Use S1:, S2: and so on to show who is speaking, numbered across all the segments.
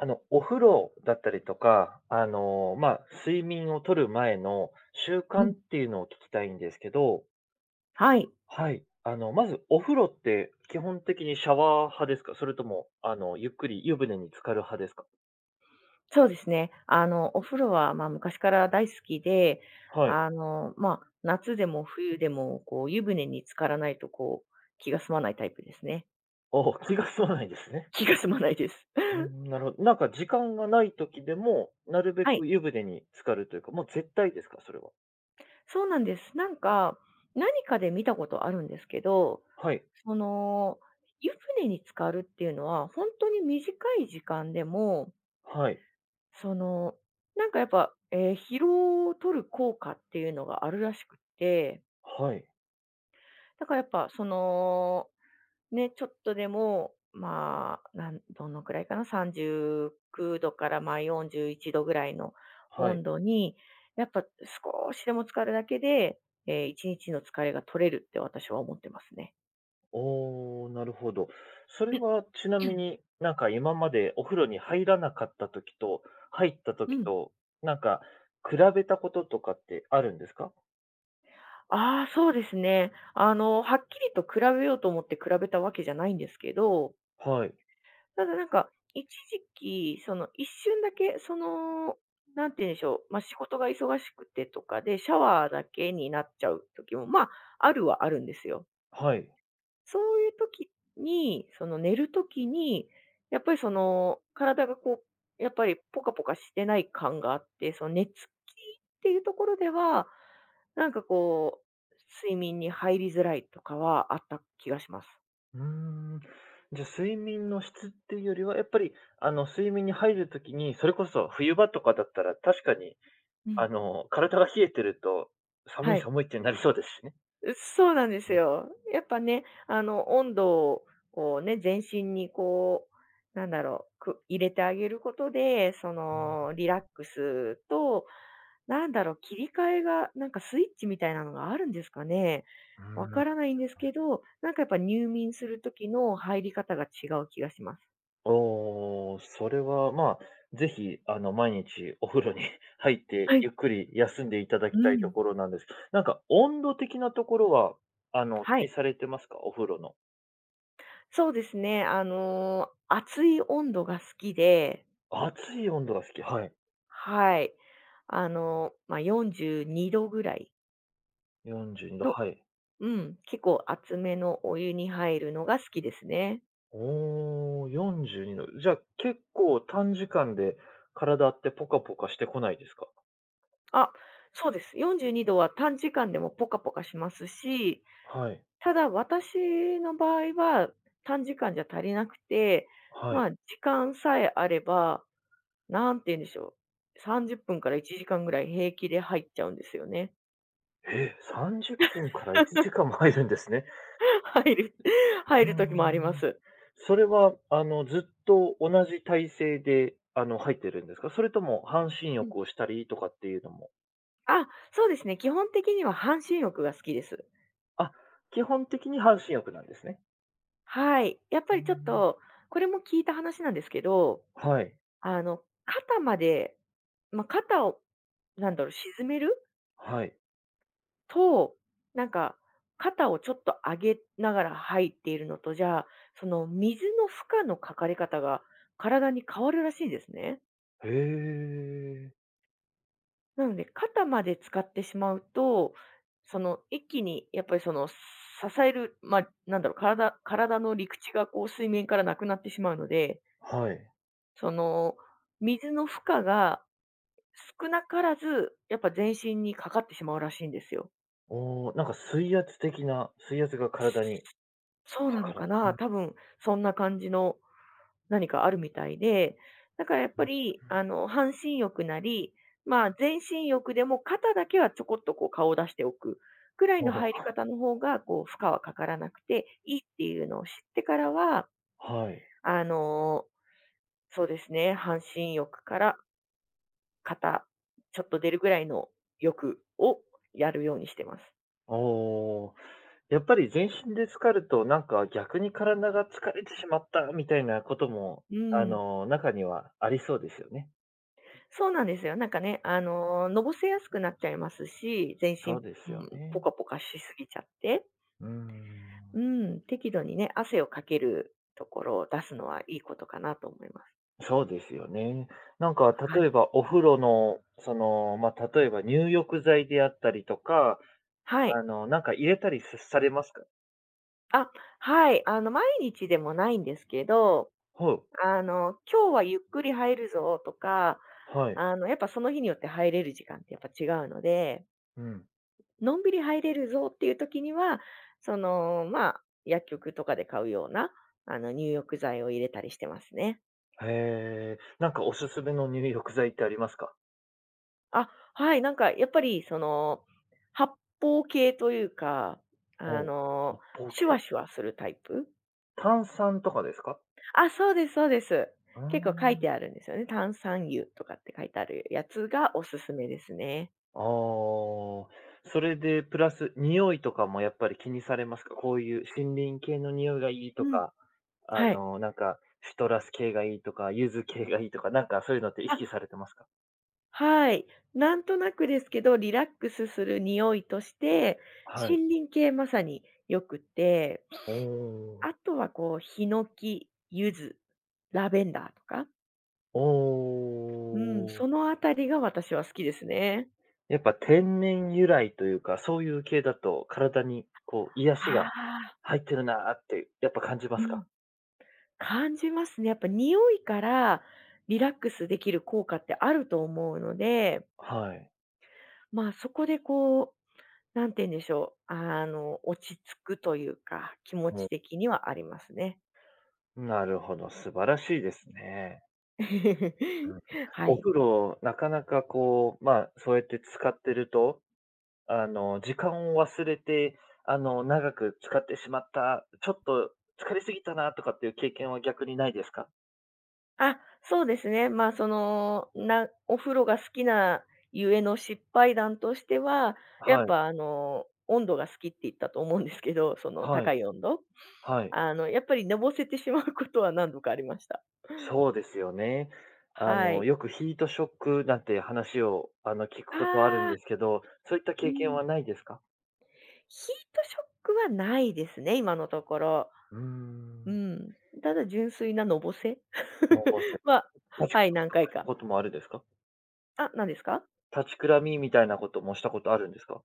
S1: お風呂だったりとか、まあ、睡眠をとる前の習
S2: う
S1: 慣
S2: ん、
S1: っていうのを聞きたいんですけど、
S2: はい、
S1: はい。まずお風呂って基本的にシャワー派ですか？それとも、ゆっくり湯船に浸かる派ですか？
S2: そうですね。お風呂は、昔から大好きで、
S1: はい。
S2: 夏でも冬でも、湯船に浸からないと、気が済まないタイプですね。
S1: お、気が済まないですね。
S2: 気が済まないです。
S1: う ん、なるほど。なんか時間がない時でも、なるべ
S2: はい、
S1: く湯船に浸かるというか、もう絶対ですか？それは。
S2: そうなんです。なんか、何かで見たことあるんですけど、
S1: はい。
S2: その、湯船に浸かるっていうのは、本当に短い時間でも、
S1: はい。
S2: その、なんかやっぱ、疲労を取る効果っていうのがあるらしくって、
S1: はい。
S2: だからやっぱその、ね、ちょっとでも、まあ、なんどのくらいかな、39度からまあ41度ぐらいの
S1: はい。
S2: 温度に、やっぱ少しでも浸かるだけで、一日の疲れが取れるって私は思ってますね。
S1: おお、なるほど。それはちなみ に、なんか今までお風呂に入らなかった時と、入った
S2: う
S1: 時
S2: ん。
S1: と、なんか比べたこととかってあるんですか？
S2: ああ、そうですね。はっきりと比べようと思って比べたわけじゃないんですけど、
S1: はい。
S2: ただなんか、一時期、その一瞬だけ、その、なんて言うんでしょう、まあ、仕事が忙しくてとかで、シャワーだけになっちゃう時も、まあ、あるはあるんですよ。
S1: はい。
S2: そういう時に、その寝る時に、やっぱりその、体がやっぱりポカポカしてない感があって、その寝つきっていうところでは、なんかこう、睡眠に入りづらいとかはあった気がします。
S1: うーん。じゃ、睡眠の質っていうよりは、やっぱり、睡眠に入る時に、それこそ冬場とかだったら、確かに、
S2: うん。
S1: 体が冷えてると、寒
S2: は
S1: い
S2: い。
S1: 寒いってなりそうですしね。
S2: そうなんです
S1: うん、
S2: よ。やっぱね、温度をこうね、全身に入れてあげることで、その、
S1: う
S2: リラックスと、切り替えが、なんかスイッチみたいなのがあるんですかね。わ
S1: ん。
S2: からないんですけど、なんかやっぱ入眠する時の入り方が違う気がします。
S1: おお、それは、まあ、ぜひ、毎日お風呂に 入って、
S2: はい。
S1: ゆっくり休んでいただき
S2: う
S1: たいと
S2: ん。
S1: ころなんです。なんか、温度的なところは、
S2: は
S1: 気に
S2: い。
S1: されてますか？お風呂の。
S2: そうですね。熱い温度が好きで、
S1: 熱い温度が好き。はい。
S2: はい。まあ、42度ぐらい
S1: 42度、
S2: の、
S1: はい。
S2: うん、結構熱めのお湯に入るのが好きですね。
S1: おお、42度。じゃあ、結構短時間で体ってポカポカしてこないですか？
S2: あ、そうです。42度は短時間でもポカポカしますし、
S1: はい、
S2: ただ私の場合は短時間じゃ足りなくて、
S1: は
S2: ま
S1: い。
S2: あ、時間さえあれば、なんて言うんでしょう。30分から1時間ぐらい平気で入っちゃうんですよね。
S1: え、30分から1時間も入るんですね。
S2: 入る、入
S1: う
S2: る時もありま
S1: ーん。
S2: す。
S1: それは、ずっと同じ体勢で、入ってるんですか？それとも半身
S2: うん。
S1: 浴をしたりとかっていうのも。
S2: あ、そうですね。基本的には半身浴が好きです。
S1: あ、基本的に半身浴なんですね。
S2: はい。やっ
S1: う
S2: ぱ
S1: ー
S2: りちょっ
S1: ん。
S2: と、これも聞いた話なんですけど、
S1: はい、
S2: 肩まで、まあ、肩を、沈める
S1: はい。
S2: と、なんか、肩をちょっと上げながら入っているのとじゃあ、その水の負荷のかかり方が体に変わるらしいんですね。
S1: へえ。
S2: なので、肩まで使ってしまうと、その一気にやっぱりその支える、まあ、体の陸地がこう水面からなくなってしまうので、
S1: はい。
S2: その、水の負荷が少なからず、やっぱ全身にかかってしまうらしいんですよ。
S1: おお、なんか水圧的な水圧が体に
S2: そう
S1: か
S2: な
S1: か
S2: のか
S1: る。う
S2: な、
S1: ん。
S2: 多分そんな感じの何かあるみたいで、だからやっ
S1: う
S2: ぱ
S1: ん。
S2: り、半身浴なり、まあ、全身浴でも肩だけはちょこっとこう顔を出しておくくらい
S1: お
S2: の
S1: お、
S2: 入り方の方が、こう負荷はかからなくていいっていうのを知ってからは、
S1: はい。
S2: あの、そうですね、半身浴から肩、ちょっと出るぐらいの欲をやるようにしてます。
S1: おお、やっぱり全身で浸かると、なんか逆に体が疲れてしまったみたいなことも、
S2: うん。
S1: 中にはありそうですよね。
S2: そうなんですよ。なんかね、のぼせやすくなっちゃいますし、全身、う
S1: そうですよ
S2: ん、ポ
S1: ね。
S2: カポカしすぎちゃって、
S1: うーん、
S2: うん、適度にね、汗をかけるところを出すのはいいことかなと思います。
S1: そうですよね。なんか
S2: は
S1: 例
S2: い。
S1: えばお風呂の、ま、あ例えば入浴剤であったりとか、
S2: はい。
S1: なんか入れたりさされますか？
S2: あ、はい。毎日でもないんですけど、
S1: ほう、
S2: 今日はゆっくり入るぞとか、
S1: はい、
S2: やっぱその日によって入れる時間ってやっぱ違うので、
S1: うん。
S2: のんびり入れるぞっていう時には、その、まあ、薬局とかで買うような、入浴剤を入れたりしてますね。
S1: へえ、なんかおすすめの入浴剤ってありますか？
S2: あ、はい、なんかやっぱりその、発泡系というか、あ
S1: ほう、
S2: の、
S1: 発泡系。
S2: シュワシュワするタイプ、
S1: 炭酸とかですか？
S2: あ、そうですそうです。
S1: うー
S2: 結構書い
S1: ん。
S2: てあるんですよね。炭酸油とかって書いてあるやつがおすすめですね。
S1: ああ、それでプラス、匂いとかもやっぱり気にされますか？こういう森林系の匂いがいいと
S2: うん。
S1: か、
S2: はい。
S1: なんか、シトラス系がいいとか、柚子系がいいとか、なんかそういうのって意識されてますか？
S2: はい。なんとなくですけど、リラックスする匂いとして、
S1: はい。
S2: 森林系まさに良くて、
S1: おお、
S2: あとはこう、ヒノキ、ユズ、ラベンダーとか、
S1: お
S2: うん、
S1: お。
S2: そのあたりが私は好きですね。
S1: やっぱ天然由来というか、そういう系だと体にこう癒しが
S2: ああ、
S1: 入ってるなーってやっぱ感じま
S2: う
S1: す
S2: ん、
S1: か？
S2: 感じますね。やっぱ匂いからリラックスできる効果ってあると思うので、
S1: はい。
S2: まあそこでこう、なんて言うんでしょう、落ち着くというか、気持ち
S1: も
S2: 的にはありますね。
S1: う、なるほど、素晴らしいですね。うん。
S2: は
S1: お
S2: い。
S1: 風呂、なかなかこう、まあ、そうやって使ってると、時間を忘れて、長く使ってしまった、ちょっと疲れすぎたなとかっていう経験は逆にないですか？
S2: あ、そうですね。まあ、その、お風呂が好きなゆえの失敗談としては、やっ
S1: はい、
S2: ぱあの、温度が好きって言ったと思うんですけど、その
S1: は
S2: 高
S1: い、
S2: い温度。
S1: はい。
S2: やっぱりのぼせてしまうことは何度かありました。
S1: そうですよね。
S2: はい。
S1: よくヒートショックなんて話を、聞く
S2: あ
S1: ことあるん
S2: あ、
S1: ですけど、そういった
S2: う
S1: 経験
S2: ん。
S1: はないですか？
S2: ヒートショックはないですね、今のところ。
S1: うー
S2: う
S1: ん。
S2: ん。ただ純粋なのぼせ
S1: のぼせ
S2: は、
S1: 立ち
S2: は
S1: く
S2: い、
S1: らみ
S2: 何
S1: と
S2: 回
S1: かした
S2: か。
S1: こともあるですか？
S2: あ、何ですか。
S1: 立ちくらみみたいなこともしたことあるんですか？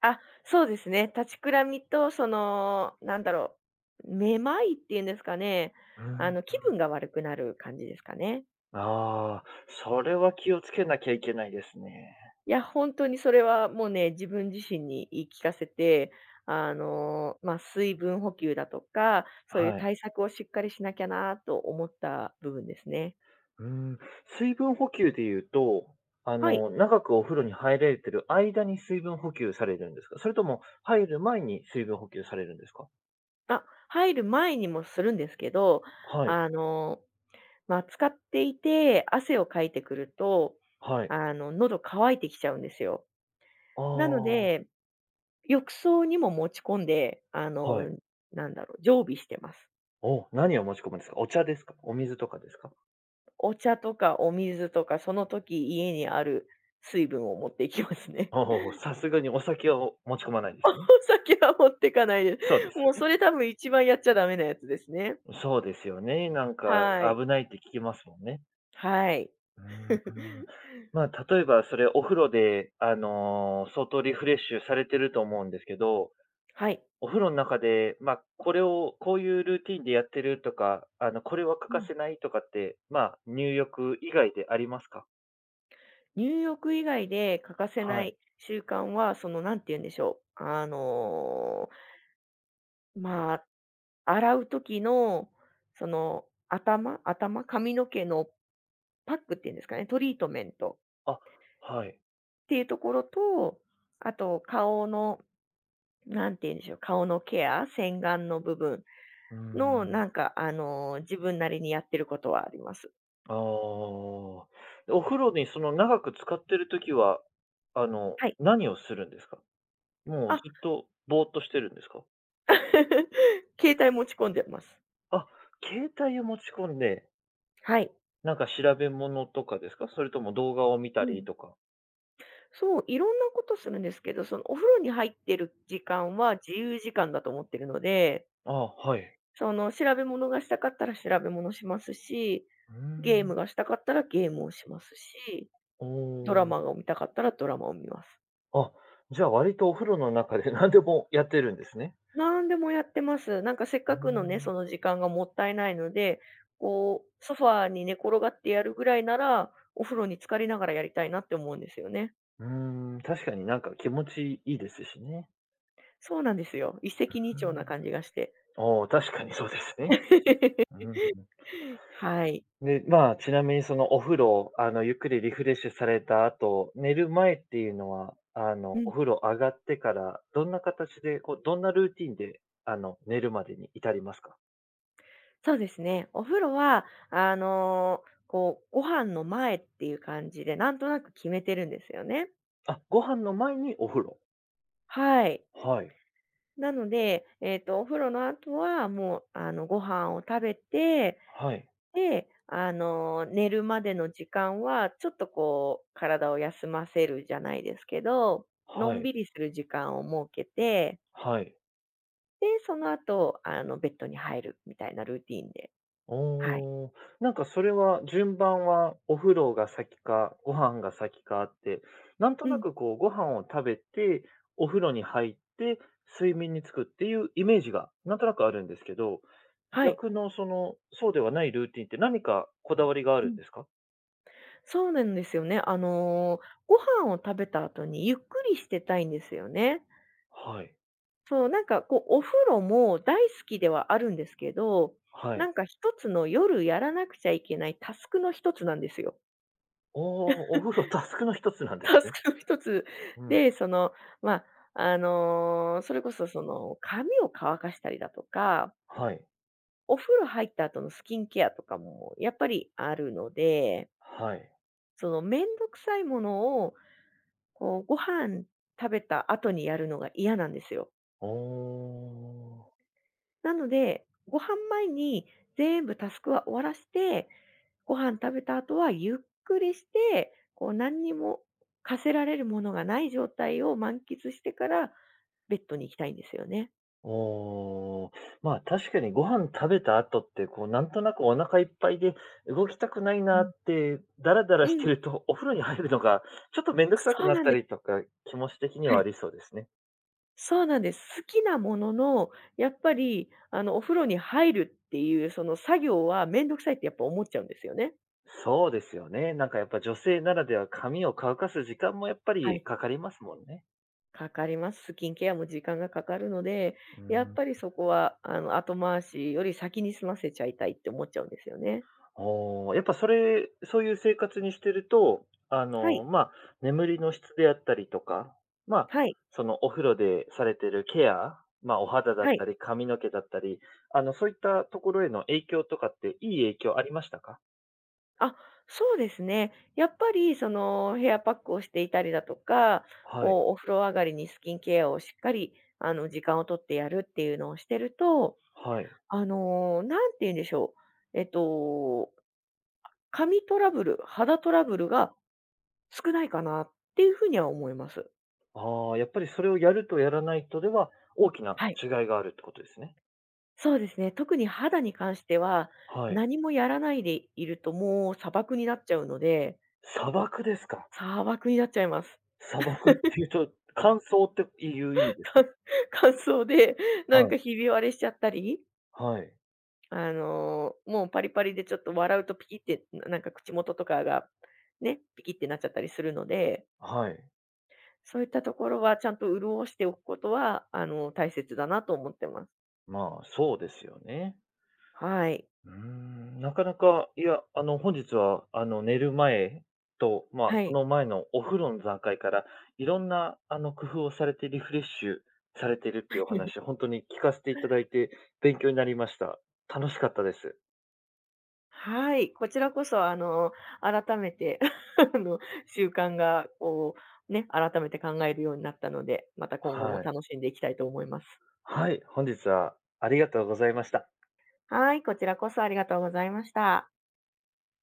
S2: あ、そうですね。立ちくらみと、その、めまいっていうんですかね、
S1: うーん。
S2: 気分が悪くなる感じですかね。
S1: ああ、それは気をつけなきゃいけないですね。
S2: いや、本当にそれはもうね、自分自身に言い聞かせて、まあ、水分補給だとか、そういう
S1: はい。
S2: 対策をしっかりしなきゃなと思った部分ですね。
S1: うん、水分補給で言うと、
S2: はい。
S1: 長くお風呂に入られてる間に水分補給されるんですか？それとも入る前に水分補給されるんですか？
S2: あ、入る前にもするんですけど、
S1: はい、
S2: あの、使っていて、汗をかいてくると、
S1: はい。
S2: 喉乾いてきちゃうんですよ。
S1: あ
S2: なの
S1: あ、
S2: で、浴槽にも持ち込んで、
S1: はい。
S2: 常備してます。
S1: お、何を持ち込むんですか？お茶ですか？お水とかですか？
S2: お茶とかお水とか、その時家にある水分を持っていきますね。
S1: お お、さすがにお酒を持ち込まないで
S2: お
S1: すね。
S2: 酒は持ってかないで
S1: そうです
S2: す、もう
S1: よ
S2: そ
S1: ね。
S2: れ多分一番やっちゃダメなやつですね。
S1: そうですよね。なんか
S2: はい。
S1: 危ないって聞きますもんね。
S2: はい。
S1: うーん。まあ、例えばそれお風呂で、相当リフレッシュされてると思うんですけど、
S2: はい。
S1: お風呂の中で、まあ、これをこういうルーティンでやってるとか、これは欠
S2: う
S1: か
S2: ん。
S1: せないとかって、まあ、入浴以外でありますか？
S2: 入浴以外で欠かせな
S1: はい。
S2: い習慣は、その、なんて言うんでしょう、まあ、洗う時の、その、頭、髪の毛のパックっていうんですかね、トリートメント
S1: あ、はい。
S2: っていうところと、あと顔の、なんて言うんでしょう、顔のケア、洗顔の部分
S1: うー
S2: の、な
S1: ん。
S2: んか、自分なりにやってることはあります。
S1: ああ。お風呂に長く使ってる時は、
S2: はい。
S1: 何をするんですか？もう
S2: あ、
S1: ずっとぼーっとしてるんですか？
S2: 携帯持ち込んでます。
S1: あ、携帯を持ち込んで
S2: はい。
S1: なんか調べ物とかですか？それとも動画を見た
S2: う
S1: り
S2: ん。
S1: とか。
S2: そう、いろんなことするんですけど、そのお風呂に入ってる時間は自由時間だと思ってるので、
S1: ああ、はい。
S2: その調べ物がしたかったら調べ物しますし、
S1: うー
S2: ゲーム
S1: ん。
S2: がしたかったらゲームをしますし、
S1: お
S2: ドラ
S1: お。
S2: マが見たかったらドラマを見ます。
S1: あ、じゃあ割とお風呂の中で 何でもやってるんですね。
S2: なんでもやってます。なんかせっ
S1: うー
S2: かくのね、そ
S1: ん。
S2: の時間がもったいないので、こう、ソファーに寝転がってやるぐらいなら、お風呂に浸かりながらやりたいなって思うんですよね。
S1: うーん、確かになんか気持ちいいですしね。
S2: そうなんですよ。一石二
S1: う
S2: 鳥な
S1: ん。
S2: 感じがして。
S1: おお、確かにそうですね。う ん、うん。
S2: はい。
S1: で、まあ、ちなみにそのお風呂、ゆっくりリフレッシュされた後、寝る前っていうのは、
S2: う
S1: お
S2: ん。
S1: 風呂上がってから、どんな形で、こう、どんなルーティンで、寝るまでに至りますか？
S2: そうですね。お風呂は、こう、ご飯の前っていう感じで、なんとなく決めてるんですよね。
S1: あ、ご飯の前にお風呂。
S2: はい。
S1: はい。
S2: なので、えっと、お風呂の後はもう、ご飯を食べて、
S1: はい。
S2: で、寝るまでの時間は、ちょっとこう、体を休ませるじゃないですけど、の
S1: は
S2: ん
S1: い。
S2: びりする時間を設けて、
S1: はい。
S2: で、その後、ベッドに入るみたいなルーティンで、はい。
S1: おー。なんかそれは、順番はお風呂が先か、ご飯が先かって、なんと
S2: う
S1: な
S2: ん、
S1: くこう、ご飯を食べて、お風呂に入って、睡眠につくっていうイメージが、なんとなくあるんですけど、
S2: はい。
S1: 逆のそうではないルーティンって何かこだわりがあ
S2: う
S1: るん
S2: ん、
S1: ですか？
S2: そうなんですよね。ご飯を食べた後にゆっくりしてたいんですよね。
S1: はい。
S2: そう、なんかこう、お風呂も大好きではあるんですけど、
S1: は
S2: な
S1: い。
S2: んか一つの夜やらなくちゃいけないタスクの一つなんですよ。
S1: おお、お風呂タスクの一つなん です
S2: タス
S1: ね。
S2: クの一つ
S1: うん。
S2: で、その、まあ、それこそその、髪を乾かしたりだとか、
S1: はい。
S2: お風呂入った後のスキンケアとかもやっぱりあるので、
S1: はい。
S2: そのめんどくさいものを、こう、ご飯食べた後にやるのが嫌なんですよ。
S1: おお。
S2: なので、ご飯前に全部タスクは終わらして、ご飯食べた後はゆっくりして、こう何にも課せられるものがない状態を満喫してから、ベッドに行きたいんですよね。
S1: おお、まあ、確かにご飯食べた後って、こう、なんとなくお腹いっぱいで動きたくない
S2: う
S1: な
S2: ん。
S1: って、ダラダ
S2: う
S1: ラして
S2: ん、
S1: ると、お風呂に入るのがちょっとめんどくさく
S2: そう
S1: なっ
S2: なん
S1: た
S2: で
S1: り
S2: す。
S1: とか、気持ち的に
S2: は
S1: はあ
S2: い。
S1: りそうですね。
S2: そうなんです。好きなものの、やっぱり、お風呂に入るっていう、その作業はめんどくさいってやっぱ思っちゃうんですよね。
S1: そうですよね。なんかやっぱ女性ならでは髪を乾かす時間もやっぱ
S2: は
S1: り
S2: い。
S1: かかりますもんね。
S2: かかります。スキンケアも時間がかかるので、
S1: う
S2: やっ
S1: ん。
S2: ぱりそこは、後回しより先に済ませちゃいたいって思っちゃうんですよね。
S1: おあ、やっぱそれそういう生活にしてると、
S2: はい。
S1: まあ、眠りの質であったりとか、まあ、
S2: はい。
S1: そのお風呂でされてるケア、まあ、お肌だっ
S2: はい。
S1: たり髪の毛だったり、そういったところへの影響とかって、いい影響ありましたか？
S2: あ、そうですね。やっぱり、その、ヘアパックをしていたりだとか、
S1: はい、
S2: こう、お風呂上がりにスキンケアをしっかり、時間をとってやるっていうのをしてると、
S1: はい。
S2: なんて言うんでしょう。えっと、髪トラブル、肌トラブルが少ないかなっていうふうには思います。
S1: ああ、やっぱりそれをやるとやらないとでは、大きな
S2: はい。
S1: 違いがあるってことですね。
S2: そうですね。特に肌に関しては、
S1: はい。
S2: 何もやらないでいるともう砂漠になっちゃうので、
S1: 砂漠ですか？
S2: 砂漠になっちゃいます。
S1: 砂漠っていうと、乾燥っていう意味ですか？
S2: 乾燥で、
S1: は
S2: なん
S1: い、
S2: かひび割れしちゃったり、
S1: はい、
S2: もうパリパリでちょっと笑うとピキって、なんか口元とかがね、ピキってなっちゃったりするので、
S1: はい。
S2: そういったところはちゃんと潤しておくことは、大切だなと思ってます。
S1: まあ、そうですよね。
S2: はい。
S1: うーん、なかなか、いや、本日は、寝る前と、まあ、
S2: は
S1: そ
S2: い。
S1: の前のお風呂の段階から、いろんな、工夫をされてリフレッシュされてるっていうお話、本当に聞かせていただいて勉強になりました。楽しかったです。
S2: はい、こちらこそ、改めて あの、習慣が、こう、ね、改めて考えるようになったので、また今後も
S1: はい。
S2: 楽しんでいきたいと思います。
S1: はい、本日はありがとうございました。
S2: はい、こちらこそありがとうございました。